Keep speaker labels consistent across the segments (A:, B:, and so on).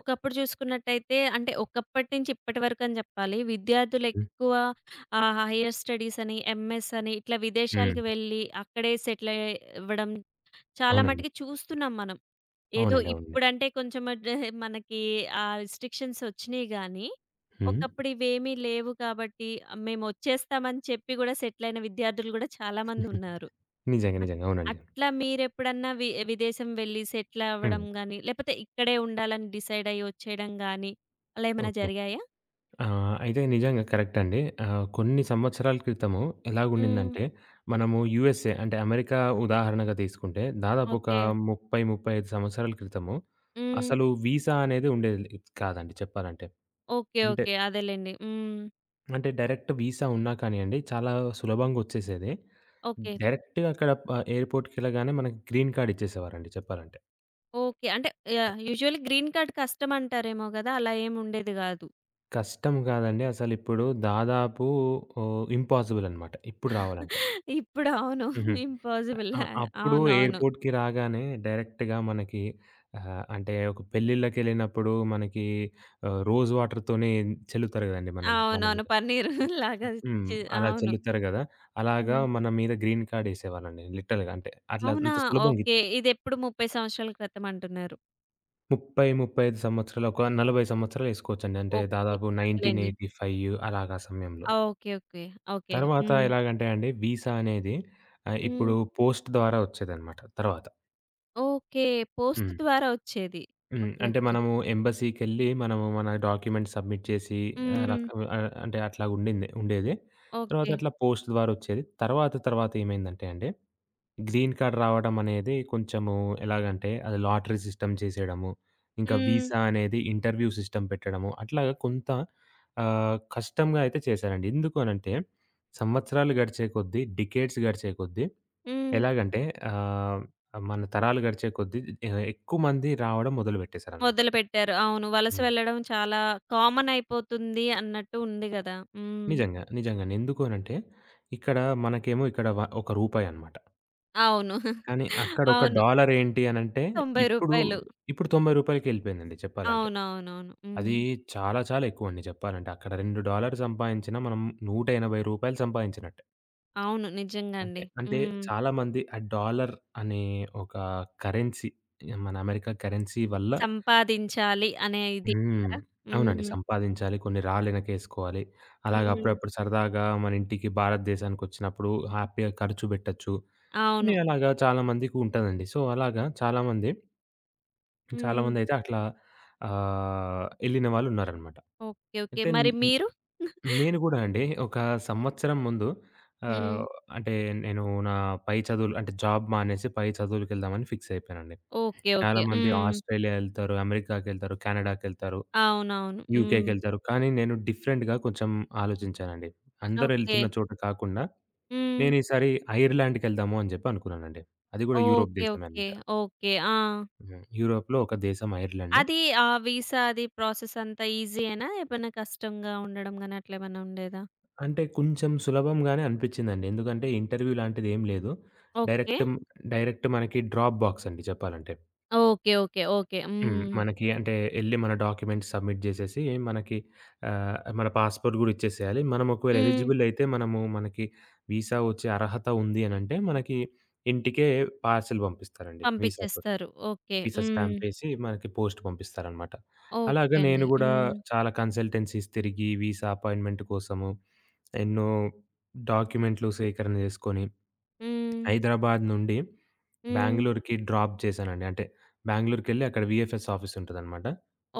A: ఒకప్పుడు చూసుకున్నట్టయితే అంటే ఒకప్పటి నుంచి ఇప్పటి వరకని జెప్పాలి.
B: హ్మ్.
A: విద్యార్థులెక్కువ ఆహ్, హైయర్ స్టడీస్ అని, ఎంఎస్ అని ఇట్లా విదేశాలకు
B: హ్మ్.
A: వెళ్ళి అక్కడే సెటిల్ అవ్వడం చాలా
B: అవునండి.
A: మటికి చూస్తున్నాం మనం. ఏదో
B: అవునండి. అవునండి.
A: ఇప్పుడంటే కొంచెం అడ్ మనకి ఆ రిస్ట్రిక్షన్స్ ఒచ్చినియి గానీ,
B: హ్మ్.
A: ఒకప్పుడు ఇవేమీ లేవు కాబట్టి, మేమొచ్చేస్తామని చెప్పి గూడా సెటిల్ అయిన విద్యార్థులు గూడా చాలామందున్నారు.
B: నిజంగా.
A: అట్
B: నిజంగా. అవునండి.
A: అట్లా మీరెప్పుడన్నా విదేశం వెళ్లి సెటిల్
B: హ్మ్.
A: అవ్వడం గాని, లేపోతే ఇక్కడే ఉండాలని డిసైడ్ అయ్యి వచ్చేయడం గాని, అలా ఏమైనా
B: ఓకే.
A: జరిగాయా?
B: అయితే నిజంగా కరెక్ట్ అండి. కొన్ని సంవత్సరాల క్రితము
A: హ్మ్.
B: ఎలాగుండిందంటే, మనము యూఎస్ఏ అంటే అమెరికా ఉదాహరణగా తీసుకుంటే, దాదాపు ఒక
A: ఓకే.
B: 30, 35 సంవత్సరాల క్రితము
A: హ్మ్.
B: అసలు వీసా అనేది ఉండేది కాదండి చెప్పాలంటే.
A: ఓకే.
B: అంటే,
A: ఓకే. అదేలెండి. హ్మ్.
B: అంటే డైరెక్ట్ వీసా ఉన్నా కానియండి, చాలా సులభంగా వచ్చేసేది.
A: ఓకే.
B: డైరెక్ట్‌గా అక్కడ ఎయిర్‌పోర్ట్‌కెళ్ళగానే మనకి గ్రీన్ కార్డ్ ఇచ్చేసేవారండి చెప్పాలంటే.
A: ఓకే. అంటే యాహ్! యూజువల్లీ గ్రీన్ కార్డ్ కష్టం అంటారేమో గదా! అలా ఏమి ఉండేది గాదు.
B: కష్టం కాదండి. అసలిప్పుడు దాదాపు ఇంపాసిబుల్ అనమాట. ఇప్పుడు రావాలంటే.
A: ఇప్పుడు అవును.
B: హుహు.
A: ఇంపాసిబుల్.
B: ఆ!
A: ఆ!
B: అప్పుడు
A: అవునవును.
B: ఎయిర్‌పోర్ట్‌కి రాగానే డైరెక్ట్‌గా మనకి అంటే ఒక పెళ్ళిళ్ళకెళ్ళినప్పుడు మనకి రోజ్ వాటర్‌తోనే చల్లుతారు కదండీ మనం మన
A: అవునవును.
B: మీద.
A: పన్నీర్ లాగా
B: హ్మ్.
A: చే
B: అలా
A: అవును.
B: చల్లుతారు కదా! అలాగా
A: హ్మ్.
B: మన మీద గ్రీన్ కార్డ్ ఎసేవాళ్ళండి లిటరల్‌గా. అంటే అట్లా
A: అవునా?
B: అంత సులభంగా
A: ఓకే.
B: ఇచ్చారు.
A: ఇదెప్పుడు 30 సంవత్సరాల క్రితం అంటున్నారు.
B: 30, 35 సంవత్సరాలు ఒక 40 సంవత్సరాలు ఎసుకోవచ్చండి. అంటే
A: ఓకే.
B: దాదాపు
A: అదేలెండి.
B: 1985 అలాగా సమయంలో.
A: ఆ! ఓకే. ఓకే. ఓకే.
B: తర్వాత
A: హ్మ్.
B: ఎలాగంటే అండి వీసా అనేది
A: హ్మ్.
B: ఇప్పుడు పోస్ట్ ద్వారా వచ్చేదనమాట తర్వాత.
A: ఓకే. పోస్ట్
B: హ్మ్.
A: ద్వారా వచ్చేది.
B: హ్మ్.
A: ఓకే.
B: అంటే
A: ఓకే.
B: మనము ఎంబసీకెళ్ళి మనము మన డాక్యుమెంట్స్ సబ్మిట్ చేసి ఆహ్,
A: హ్మ్.
B: రక అంటే అట్లాగుండింది ఉండేది. తర్వాత
A: ఓకే.
B: అట్లా పోస్ట్ ద్వారా వచ్చేది. తర్వాత తర్వాత ఏమైందంటే అండి గ్రీన్ కార్డ్ రావడమనేది కొంచెము ఎలాగంటే, అది లాటరీ సిస్టమ్ చేసేయడము, ఇంకా
A: హ్మ్.
B: వీసా అనేది ఇంటర్వ్యూ సిస్టమ్ పెట్టడము, అట్లాగా కొంత కష్టంగా అయితే చేశారండి. ఎందుకు అనంటే, సంవత్సరాలు గడిచే కొద్దీ, డికేడ్స్ గడిచే కొద్దీ
A: హ్మ్.
B: ఎలాగంటే ఆహ్, మన తరాలు గడిచే కొద్దీ ఎక్కువ మంది రావడం మొదలుపెట్టేశారనమాట.
A: మొదలుపెట్టారు. అవును. వలస
B: హ్మ్.
A: వెళ్ళడం చాలా కామన్ అయిపోతుంది అన్నట్టు ఉంది గదా! హ్మ్.
B: నిజంగా. నిజంగానే. ఎందుకు అనంటే, ఇక్కడ మనకేమో ఇక్కడ ఒక రూపాయనమాట.
A: అవును.
B: కానీ అక్కడ ఒక
A: అవును.
B: డాలర్ ఏంటి అనంటే,
A: రూ.
B: ఇప్పుడు,
A: 90.
B: ఇప్పుడు రూ. 90కెళ్ళిపోయిందండి చెప్పాలంటే.
A: అవునవునవును. హ్మ్.
B: అది చాలా చాలా ఎక్కువండి చెప్పాలంటే. అక్కడ $2 సంపాదించినా మనం రూ. 180 సంపాదించినట్టే.
A: అవును. నిజంగా
B: అంటే,
A: అండి.
B: అంటే
A: హ్మ్.
B: చాలామంది ఆ డాలర్ అనే ఒక కరెన్సీ మన అమెరికా కరెన్సీ వల్ల
A: సంపాదించాలి అనే ఇది
B: హ్మ్.
A: అంటారా?
B: అవునండి.
A: హ్మ్.
B: సంపాదించాలి. కొన్ని రాళ్ళెనకేసుకోవాలి. అలాగే
A: హ్మ్.
B: అప్పుడప్పుడు సరదాగా మన ఇంటికి భారతదేశానికొచ్చినప్పుడు హ్యాపీగా ఖర్చు పెట్టొచ్చు. అని
A: అవును.
B: అలాగా చాలామందికి ఉంటదండి. సో, అలాగా చాలామంది
A: హ్మ్.
B: చాలామందైతే అట్లా ఎళ్ళిన వాళ్ళున్నారనమాట.
A: ఓకే. ఓకే.
B: అయితే న్
A: మరి
B: న్
A: మీరు?
B: నేను గూడా అండి ఒక సంవత్సరం ముందు
A: హ్మ్.
B: ఆహ్, అంటే నేను నా పై చదువులు అంటే జాబ్ మానేసి పై చదువులకెళ్దామని ఫిక్స్ అయిపోయానండి.
A: ఓకే. ఓకే.
B: చాలామంది
A: హ్మ్.
B: ఆస్ట్రేలియా ఎళ్తారు, అమెరికాకెళ్తారు, కెనడాకెళ్తారు,
A: అవునవును. హ్మ్.
B: యూకేకెళ్తారు. కానీ నేను డిఫరెంట్‌గా కొంచెం ఆలోచించానండి.
A: ఓకే.
B: అందరెళ్తున్న చోట కాకుండా
A: హ్మ్.
B: నేను ఈసారి ఐర్లాండ్‌కెళ్దాము అని జెప్పి అనుకున్నానండి. అది గూడా యూరోప్
A: ఓకే.
B: దేశమే
A: ఓకే.
B: అనమాట.
A: ఓకే. ఆ!
B: హ్మ్. యూరోప్‌లో ఒక దేశం ఐర్లాండ్.
A: అది ఆ వీసా అది ప్రాసెస్ అంతా ఈజీయేనా? ఏమన్నా కష్టంగా ఉండడం గాని అట్లేమన్నా ఉండేదా?
B: అంటే కొంచెం సులభంగానే అనిపిచ్చిందండి. ఎందుకంటే ఇంటర్వ్యూ లాంటిదేం లేదు.
A: ఓకే.
B: డైరెక్ట్, డైరెక్ట్ మనకి డ్రాప్ బాక్స్ అండి చెప్పాలంటే.
A: ఓకే. ఓకే. ఓకే.
B: హ్మ్.
A: హ్మ్.
B: మనకి అంటే ఎళ్లి మన డాక్యుమెంట్స్ సబ్మిట్ జేసేసి మనకి మన పాస్‌పోర్ట్ గూడా ఇచ్చేసేయాలి. మనం ఒకవేళ
A: హ్మ్.
B: ఎలిజిబుల్ అయితే మనము మనకి వీసా వచ్చే అర్హత ఉంది అనంటే మనకి ఇంటికే పార్సెల్ పంపిస్తారండి వీసాతో.
A: పంపిచ్చేస్తారు. ఓకే.
B: వీసా
A: హ్మ్.
B: స్టాంపేసి మనకి పోస్ట్ పంపిస్తారనమాట. అలాగా
A: ఓకే
B: నేను
A: అండి.
B: గూడా
A: హ్మ్.
B: చాలా కన్సల్టెన్సీస్ తిరిగి వీసా అపాయింట్‌మెంట్ కోసము ఎన్నో డాక్యుమెంట్లు సేకరణ జేసుకొని,
A: హ్మ్.
B: హైదరాబాద్ నుండి
A: హ్మ్.
B: బెంగుళూరుకి డ్రాప్ చేశానండి. అంటే బెంగుళూరుకెళ్ళి అక్కడ వీఎఫ్ఎస్ ఆఫీస్ ఉంటదనమాట.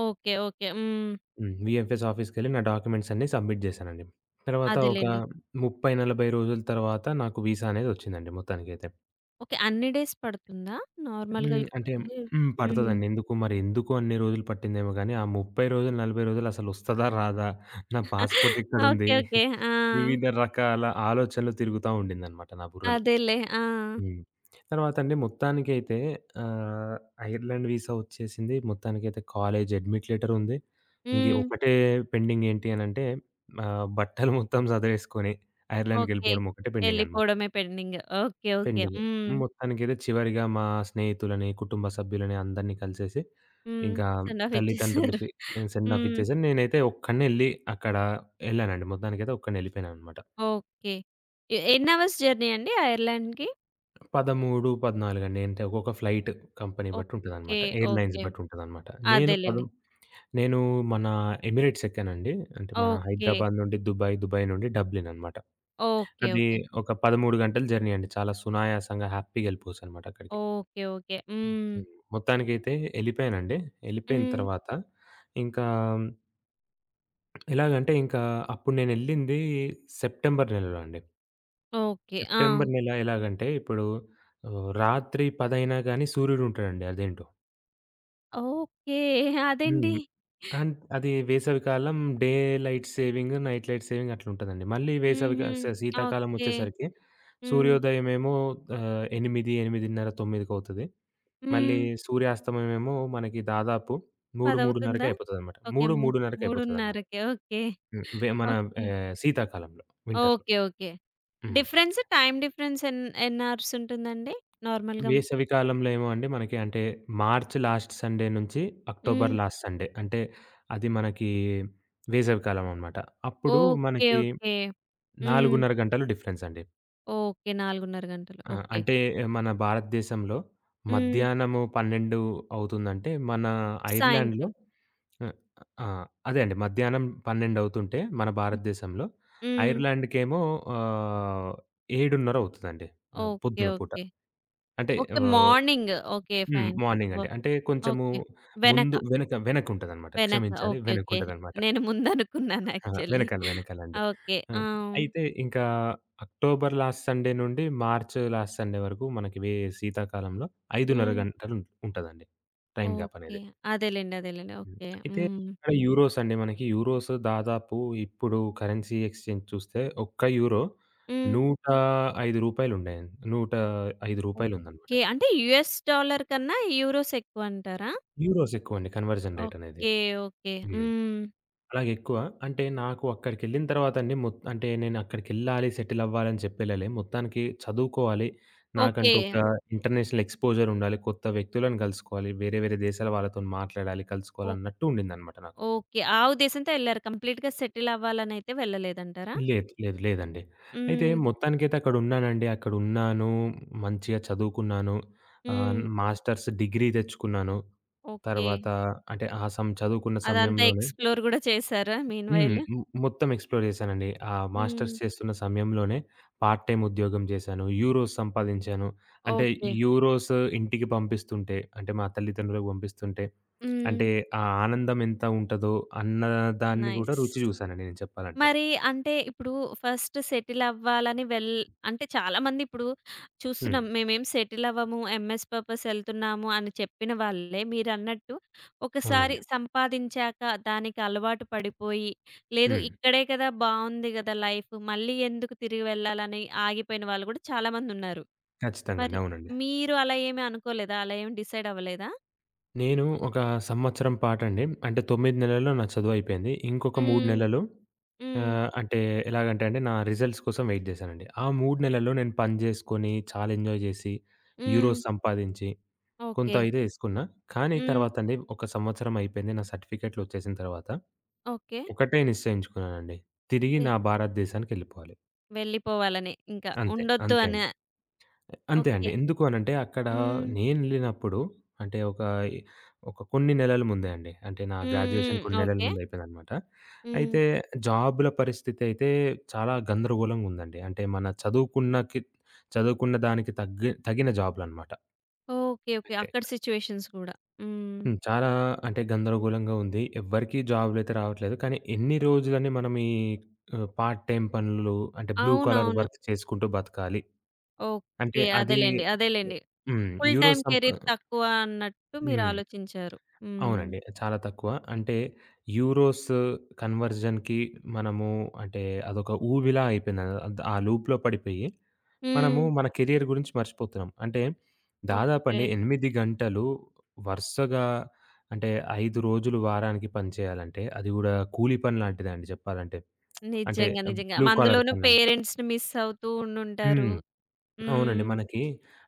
A: ఓకే. ఓకే. హ్మ్.
B: హ్మ్. వీఎఫ్ఎస్ ఆఫీస్‌కెళ్ళి నా డాక్యుమెంట్స్ అన్నీ సబ్మిట్ జేశానండి. తర్వాత ఒక
A: అదేలెండి.
B: 30, 40 రోజుల తర్వాత నాకు వీసా అనేది వచ్చిందండి మొత్తానికైతే.
A: ఓకే. అన్ని డేస్ పడుతుందా? నార్మల్‌గా
B: హ్మ్. అంటే
A: యూజువల్లీ
B: హ్మ్.
A: హ్మ్.
B: పడతదండి. ఎందుకు అన్ని రోజులు పట్టిందేమో గాని, ఆ 30 రోజులు, 40 రోజులు అసలొస్తదా? రాదా? నా పాస్‌పోర్ట్ ఎక్కడుంది?
A: ఓకే. ఓకే. ఆ!
B: వివిధ రకాల ఆలోచనలు తిరుగుతా ఉండిందనమాట నా బుర్రలో.
A: అదేలే. ఆ!
B: హ్మ్. తర్వాత అండి మొత్తానికైతే ఆహ్, ఐర్లాండ్ వీసా వచ్చేసింది. మొత్తానికైతే కాలేజ్ అడ్మిట్ లెటర్ ఉంది. ఇంక
A: హ్మ్.
B: ఒకటే పెండింగ్ ఏంటి అనంటే బట్టలు మొత్తం సదరేసుకొని
A: ఓకే.
B: ఐర్లాండ్‌కెళ్ళిపోవడం ఒకటే పెండింగనమాట.
A: ఎళ్ళిపోవడమే పెండింగ్. ఓకే. ఓకే.
B: పెండింగ్.
A: హ్మ్.
B: మొత్తానికైతే చివరిగా మా స్నేహితులని, కుటుంబ సభ్యులని అందరిని కలిసేసి
A: హ్మ్.
B: ఇంకా
A: సెండ్ ఆఫ్ ఇచ్చేసారు.
B: తల్లిదండ్రులకి సెండ్ ఆఫ్
A: హ్మ్.
B: ఇచ్చేసాను. నేనైతే ఒక్కడినే ఎళ్లి అక్కడ ఎళ్ళానండి. మొత్తానికైతే ఒక్కడినే ఎళ్ళిపోయాననమాట.
A: ఓకే. ఎన్ని అవర్స్ జర్నీ అండి ఐర్లాండ్‌కి?
B: 13, 14 అండి. అంటే ఒక్కొక్క ఫ్లైట్ కంపెనీ బట్టి
A: ఓకే.
B: ఉంటదనమాట. Airlines
A: okay.
B: బట్టి ఉంటదనమాట.
A: అదేలెండి.
B: నేను మన ఎమిరేట్స్ ఎక్కానండి. అంటే మన
A: ఓకే.
B: హైదరాబాద్ నుండి దుబాయ్, దుబాయ్ నుండి డబ్లిన్ అనమాట.
A: ఓకే.
B: అది
A: ఓకే.
B: ఒక 13 గంటల జర్నీ అండి. చాలా సునాయాసంగా హ్యాపీగా ఎళ్ళిపోవచ్చనమాట అక్కడికి.
A: ఓకే. ఓకే. హ్మ్.
B: హ్మ్. మొత్తానికైతే ఎళ్ళిపోయానండి. ఎళ్ళిపోయిన
A: హ్మ్.
B: తర్వాత ఇంకా ఎలాగంటే ఇంకా అప్పుడు నేనెళ్ళింది సెప్టెంబర్ నెలలో అండి.
A: ఓకే. ఆ!
B: సెప్టెంబర్ నెల ఎలాగంటే ఇప్పుడు రాత్రి 10 అయినా గాని సూర్యుడు ఉంటాడండి అదేంటో.
A: ఓకే. అదేంటి?
B: హ్మ్. అది వేసవికాలం daylight saving, night light saving అట్లుంటదండి. మళ్ళీ వేసవిక
A: హుహు.
B: స శీతాకాలం
A: ఓకే.
B: వచ్చేసరికి
A: హ్మ్.
B: సూర్యోదయం ఏమో 8, 8:30, 9కి అవుతది. మళ్ళీ
A: హ్మ్.
B: సూర్యాస్తమయమేమో మనకి దాదాపు 3,
A: 10
B: 3:30కి
A: అవుతుందా?
B: అయిపోతదనమాట.
A: ఓకే. మూడు 3:30కి ఓకే.
B: హ్మ్. మన
A: ఓకే.
B: శీతాకాలంలో వింటర్‌లో.
A: ఓకే. ఓకే.
B: హ్మ్.
A: డిఫరెన్స్ టైమ్ డిఫరెన్స్ ఎన్ని అవర్స్ ఉంటుందండి? నార్మల్‌గా
B: వేసవి కాలంలో ఏమో అండి మనకి అంటే మార్చ్ లాస్ట్ సండే నుంచి అక్టోబర్
A: హ్మ్.
B: లాస్ట్ సండే అంటే అది మనకి వేసవి కాలం అనమాట. అప్పుడు
A: ఓకే.
B: మనకి
A: ఓకే. హ్మ్.
B: 4:30 గంటలు డిఫరెన్స్ అండి.
A: ఓకే. 4:30 గంటలు.
B: అహా!
A: ఓకే.
B: అంటే మన భారతదేశంలో
A: హ్మ్.
B: మధ్యాహ్నము 12 అవుతుందంటే, మన ఐర్లాండ్‌లో
A: సాయంత్రం.
B: ఆహ్, ఆ! అదే అండి. మధ్యాహ్నం 12 అవుతుంటే మన
A: హ్మ్.
B: భారతదేశంలో,
A: హ్మ్.
B: ఐర్లాండ్‌కేమో ఆహ్, 7:30 అవుతదండి.
A: ఓకే.
B: పొద్దున పూట.
A: ఓకే.
B: అంటే
A: ఓకే. మార్నింగ్. ఓకే.
B: హ్మ్.
A: ఫైన్. ఫైన్.
B: మార్నింగ్ అండి. అంటే కొంచెము
A: ఓకే. వెనక.
B: ముందు వెనక వెనకుంటదనమాట.
A: వెనక.
B: క్షమించాలి.
A: ఓకే. ఓకే.
B: వెనకుంటదనమాట.
A: నేను ముందనుకున్నాను
B: అహా!
A: యాక్చువల్లీ.
B: వెనకాల వెనకాలండి.
A: ఓకే.
B: ఆ!
A: ఆ!
B: అయితే ఇంకా అక్టోబర్ లాస్ట్ సండే నుండి మార్చ్ లాస్ట్ సండే వరకు మనకి శీతాకాలంలో 5:30
A: హ్మ్.
B: గంటలు ఉంటదండి. Time gap
A: okay.
B: అనేది.
A: అదేలెండి. అదేలెండి.
B: హ్మ్.
A: ఓకే.
B: అయితే
A: హ్మ్.
B: అక్కడ యూరోస్ అండి మనకి యూరోస్ దాదాపు ఇప్పుడు కరెన్సీ ఎక్స్‌చేంజ్ చూస్తే ఒక్క యూరో రూ.
A: హ్మ్.
B: 105 ఉండే. రూ. 105 ఉందన్నమాట.
A: ఓకే. అంటే యూఎస్ డాలర్ కన్నా యూరోస్ ఎక్కువంటారా?
B: యూరోస్ ఎక్కువండి కన్వర్షన్ రేట్ అనేది.
A: ఓకే. ఓకే.
B: హ్మ్.
A: హ్మ్.
B: అలాగెక్కువ. అంటే నాకు అక్కడికెళ్ళిన తర్వాతండి అంటే నేను అక్కడికెళ్ళాలి, సెటిల్ అవ్వాలని చెప్పెళ్ళలే. మొత్తానికి చదువుకోవాలి.
A: ఓకే.
B: నాకంటూ ఒక ఇంటర్నేషనల్ ఎక్స్‌పోజర్ ఉండాలి. కొత్త వ్యక్తులను కలుసుకోవాలి. వేరే వేరే దేశాల వాళ్ళతోని మాట్లాడాలి,
A: ఓ
B: కలుసుకోవాలి అన్నట్టు ఉండిందనమాట నాకు.
A: ఓకే. ఆ ఉద్దేశంతో ఎళ్లారు. కంప్లీట్‌గా సెటిల్ అవ్వాలనైతే వెళ్ళలేదంటారా?
B: లేదు. లేదు. లేదండి. అయితే
A: హ్మ్.
B: మొత్తానికైతే అక్కడున్నానండి. అక్కడున్నాను. మంచిగా చదువుకున్నాను.
A: హ్మ్.
B: మాస్టర్స్ డిగ్రీ తెచ్చుకున్నాను.
A: ఓకే.
B: తర్వాత అంటే ఆ సం చదువుకున్న
A: అదంతా
B: సమయంలోనే
A: ఎక్స్‌ప్లోర్ గూడా చేసారా మీన్
B: హ్మ్.
A: వైల్?
B: హ్మ్. మొత్తం ఎక్స్‌ప్లోర్ చేశానండి. మాస్టర్స్
A: హ్మ్.
B: చేస్తున్న సమయంలోనే పార్ట్ టైమ్ ఉద్యోగం చేశాను. యూరోస్ సంపాదించాను. అంటే
A: ఓకే.
B: యూరోస్ ఇంటికి పంపిస్తుంటే, అంటే మా తల్లిదండ్రులకు పంపిస్తుంటే,
A: హ్మ్.
B: అంటే ఆ ఆనందం ఎంత ఉంటదో అన్న దాన్ని కూడా
A: నైస్.
B: రుచి చూశానండి నేను చెప్పాలంటే.
A: మరి అంటే ఇప్పుడు ఫస్ట్ సెటిల్ అవ్వాలని వెల్ అంటే చాలామంది ఇప్పుడు
B: హ్మ్.
A: చూస్తున్నాం. మేమేం సెటిల్ అవ్వము. ఎంఎస్ పర్పస్ ఎళ్తున్నాము అని చెప్పిన వాళ్ళే మీరన్నట్టు ఒకసారి
B: అవునండి.
A: సంపాదించాక దానికి అలవాటు పడిపోయి, లేదు
B: హ్మ్.
A: ఇక్కడే కదా బావుంది గదా లైఫ్ మళ్ళీ ఎందుకు తిరిగి వెళ్ళాలని ఆగిపోయిన వాళ్ళు గూడా చాలామందున్నారు.
B: ఖచ్చితంగా అండి.
A: మరి
B: అవునండి.
A: మీరు అలా ఏమి అనుకోలేదా? అలా ఏమి డిసైడ్ అవ్వలేదా?
B: నేను ఒక సంవత్సరం పాటండి అంటే 9 నెలల్లో నా చదువు అయిపోయింది. ఇంకొక 3
A: హ్మ్.
B: నెలలు
A: హ్మ్.
B: అంటే ఎలాగంటే అండి, నా రిజల్ట్స్ కోసం వెయిట్ జేశానండి. ఆ 3 నెలల్లో నేను పని జేసుకొని, చాలా ఎంజాయ్ జేసి,
A: హ్మ్.
B: యూరోస్ సంపాదించి, కొంత
A: ఓకే.
B: అయితే యేసుకున్నా. కానీ
A: హ్మ్.
B: తర్వాత అండి, ఒక సంవత్సరం అయిపోయింది. నా సర్టిఫికేట్‌లొచ్చేసిన తర్వాత,
A: ఓకే.
B: ఒకటే నిశ్చయించుకున్నానండి. తిరిగి నా భారతదేశానికెళ్ళిపోవాలి.
A: వెళ్ళిపోవాలని ఇంకా.
B: అంతే.
A: ఉండొద్దు
B: అంతే అండి.
A: అనే
B: అంతే అండి.
A: ఓకే.
B: ఎందుకు అనంటే అక్కడ
A: హ్మ్.
B: నేనెళ్ళినప్పుడు అంటే ఒక ఒక కొన్ని నెలల ముందే అండి. అంటే నా
A: హ్మ్.
B: గ్రాడ్యుయేషన్
A: హ్మ్.
B: కొన్ని నెలల
A: ఓకే.
B: ముందు అయిపోయిందనమాట.
A: హ్మ్.
B: అయితే జాబ్‌ల పరిస్థితి అయితే చాలా గందరగోళంగా ఉందండి. అంటే మన చదువుకున్న దానికి తగ్గి తగిన జాబ్‌లనమాట.
A: ఓకే. ఓకే.
B: అంటే
A: అక్కడ సిట్యుయేషన్స్ గూడా. హ్మ్.
B: హ్మ్. చాలా అంటే గందరగోళంగా ఉంది. ఎవ్వరికీ జాబ్‌లయితే రావట్లేదు. కానీ ఎన్ని రోజులని మనం ఈ పార్ట్ టైమ్ పనులు అంటే బ్లూ కాలర్
A: అవునవును.
B: వర్క్ చేసుకుంటూ బతకాలి. అంటే
A: ఓకే.
B: అది
A: అదేలెండి. అదేలెండి.
B: హ్మ్.
A: ఫుల్ టైమ్
B: యూరోస్ సంపా
A: కెరీర్ తక్కువ అన్నట్టు మీరు
B: హ్మ్.
A: ఆలోచించారు. హ్మ్.
B: అవునండి. చాలా తక్కువ. అంటే యూరోస్ కన్వర్జన్‌కి మనము అంటే అదొక ఊబిలా అయిపోయింది. ఆ లూప్‌లో పడిపోయి
A: హ్మ్.
B: మనము మన కెరియర్ గురించి మర్చిపోతున్నాం. అంటే
A: ఓకే.
B: దాదాపండి 8 గంటలు వరుసగా అంటే 5 రోజులు వారానికి పని చేయాలంటే అది గూడా కూలీ పని లాంటిదే అండి చెప్పాలంటే. అంటే
A: నిజంగా. నిజంగా.
B: బ్లూ కాలర్
A: అందులోనూ
B: పనంటే.
A: పేరెంట్స్‌ని మిస్ అవుతూ ఉండుంటారు.
B: హ్మ్. అవునండి.
A: హ్మ్.
B: మనకి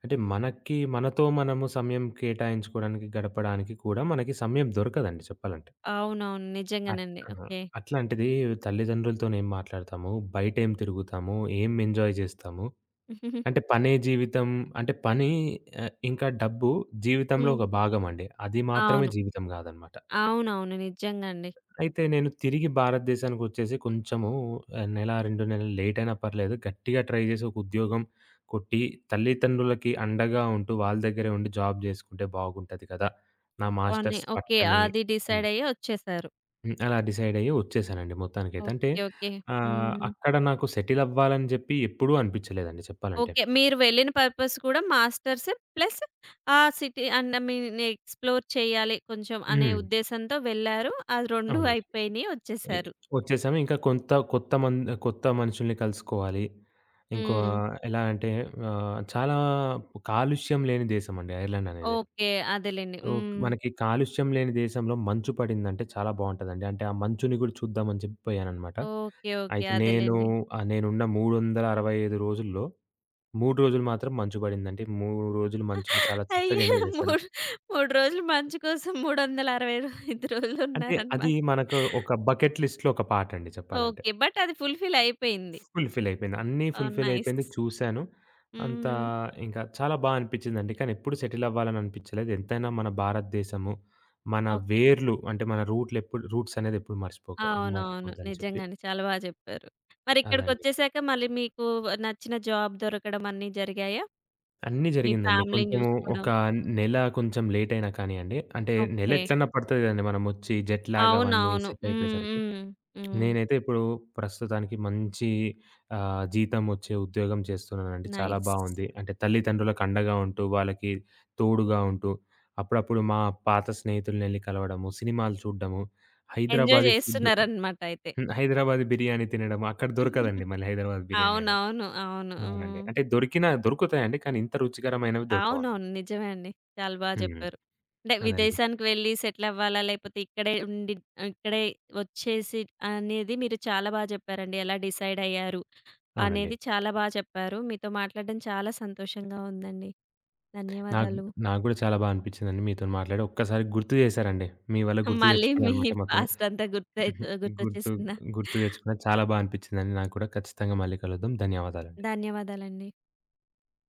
B: అంటే మనకి మనతో మనము సమయం కేటాయించుకోవడానికి, గడపడానికి కూడా మనకి సమయం దొరకదండి చెప్పాలంటే.
A: అవునవును. నిజంగానండి.
B: అహా!
A: ఓకే.
B: అట్లాంటిది తల్లిదండ్రులతోని ఏం మాట్లాడతాము, బయటేం తిరుగుతాము, ఏం ఎంజాయ్ జేస్తాము. అంటే పనే జీవితం అంటే పని ఇంకా డబ్బు జీవితంలో
A: హ్మ్.
B: ఒక భాగం అండి. అది మాత్రమే
A: అవును.
B: జీవితం గాదనమాట.
A: అవునవును. నిజంగా అండి.
B: అయితే నేను తిరిగి భారతదేశానికొచ్చేసి కొంచెము నెల, 2 నెలలు లేట్ అయినా పర్లేదు గట్టిగా ట్రై జేసి ఒక ఉద్యోగం కొట్టి, తల్లిదండ్రులకి అండగా ఉంటూ వాళ్ళ దగ్గరే ఉండి జాబ్ జేసుకుంటే బాగుంటది కదా! నా
A: అని
B: మాస్టర్స్
A: ఓకే.
B: పట్టని
A: అది
B: హ్మ్.
A: డిసైడ్ అయ్యి వచ్చేసారు.
B: హ్మ్. అలా డిసైడయ్యి ఒచ్చేసానండి మొత్తానికైతే. అంటే
A: ఓకే. ఓకే. హ్మ్.
B: అక్కడ నాకు సెటిల్ అవ్వాలని జెప్పి ఎప్పుడూ అనిపిచ్చలేదండి చెప్పాలంటే.
A: ఓకే. మీరు వెళ్ళిన పర్పస్ కూడా మాస్టర్స్ ప్లస్ ఆ city and I mean explore చేయాలి కొంచెం అనే
B: హ్మ్.
A: ఉద్దేశంతో వెళ్లారు. అది 2
B: అవునండి.
A: అయిపోయినియి
B: ఇ
A: వచ్చేసారు.
B: ఒచ్చేసాము. ఇంకా కొంత కొత్త మనుషుల్ని కలుసుకోవాలి. ఇంకో
A: హ్మ్.
B: ఎలా అంటే చాలా కాలుష్యం లేని దేశం అండి ఐర్లాండ్ అనేది.
A: ఓకే. అదేలెండి.
B: ఓహ్!
A: హ్మ్.
B: మనకి కాలుష్యం లేని దేశంలో మంచు పడిందంటే చాలా బావుంటదండి. అంటే ఆ మంచుని గూడా చూద్దామని చెప్పి పోయాననమాట.
A: ఓకే. ఓకే.
B: అయితే నేను
A: అదేలెండి.
B: నేనున్న 365 రోజుల్లో 3 రోజులు మాత్రం మంచు పడిందండి. 3 రోజులు మంచుని చాలా చక్కగా
A: అయ్యో!
B: ఎంజాయ్ చేశాను.
A: 3 రోజులు మంచు కోసం 365 రోజులు
B: అంటే అది
A: ఉన్నారన్నమాట.
B: మనకు ఒక బకెట్ లిస్ట్‌లో ఒక పార్ట్ అండి చెప్పాలంటే.
A: ఓకే. బట్ అది ఫుల్‌ఫిల్ అయిపోయింది.
B: ఫుల్‌ఫిల్ అయిపోయింది. అన్నీ
A: ఓహ్!
B: Fulfil
A: nice.
B: అయిపోయింది. చూశాను. అంతా
A: హ్మ్.
B: ఇంకా చాలా బా అనిపించిందండి. కానీ ఎప్పుడు సెటిల్ అవ్వాలని అనిపించలేదు. ఎంతైనా మన భారతదేశము, మన
A: ఓకే.
B: వేర్లు అంటే మన రూట్లు ఎప్పుడు రూట్స్ అనేది ఎప్పుడు మర్చిపోక
A: అవునవును.
B: మర్చిపోద్దని చెప్పి.
A: నిజంగానే. చాలా బా చెప్పారు.
B: అదండి.
A: మరిక్కడికొచ్చేసాక మళ్ళీ మీకు నచ్చిన జాబ్ దొరకడం అన్నీ జరిగాయా?
B: అన్నీ
A: మీ
B: జరిగిందండి.
A: ఫ్యామిలీని
B: కొంచెము ఒక
A: జూసుకోవడం.
B: నెల కొంచెం లేట్ అయినా కానియండి. అంటే నెల
A: ఓకే.
B: ఎట్లన్నా పడతది కదండీ మనమొచ్చి జెట్ లాగ్ అవన్నీ
A: అవునవును.
B: సెట్
A: హ్మ్.
B: అయిపోయేసరికి.
A: హ్మ్. హ్మ్.
B: నేనైతే ఇప్పుడు ప్రస్తుతానికి మంచి జీతం వచ్చే ఉద్యోగం చేస్తున్నానండి. చాలా
A: నైస్.
B: బావుంది. అంటే తల్లిదండ్రులకు అండగా ఉంటూ, వాళ్ళకి తోడుగా ఉంటూ, అప్పుడప్పుడు మా పాత స్నేహితులనెళ్లి కలవడము, సినిమాలు చూడడము,
A: ఎంజాయ్
B: హైదరాబాదీ ఫుడ్
A: చేస్తున్నారనమాట అయితే.
B: హ్మ్. హైదరాబాదీ బిర్యానీ తినడం. అక్కడ దొరకదండి మళ్ళీ హైదరాబాద్ బిర్యానీ అనేది.
A: అవునవును. అవును.
B: అవునండి.
A: హ్మ్.
B: అంటే దొరికినా దొరుకుతాయండి. కానీ ఇంత రుచికరమైనవి దొరకవనమాట.
A: అవునవును. నిజమే అండి. చాలా బా
B: హ్మ్.
A: చెప్పారు. అంటే
B: అదండి.
A: విదేశానికి వెళ్లి సెటిలవ్వాలా? లేపోతే ఇక్కడే ఉండి ఇక్కడే వచ్చేసి అనేది మీరు చాలా బా చెప్పారండి. ఎలా డిసైడయ్యారు?
B: అవునండి.
A: అనేది చాలా బా చెప్పారు. మీతో మాట్లాడడం చాలా సంతోషంగా ఉందండి.
B: నాకు
A: ధన్యవాదాలు.
B: నాకు గూడా చాలా బా అనిపించిందండి మీతోని మాట్లాడి. ఒక్కసారి గుర్తు చేశారండి. మీ వల్ల గుర్తు
A: మళ్ళీ మీ
B: తెచ్చుకున్నాననమాట మొత్తం.
A: పాస్ట్ అంతా గుర్తయి
B: గుర్తు
A: గుర్తొచ్చేసిందా?
B: గుర్తు తెచ్చుకున్నా. చాలా బా అనిపించిందండి నాకు కూడా. ఖచ్చితంగా మళ్ళీ కలుద్దాం. ధన్యవాదాలండి.
A: ధన్యవాదాలండి.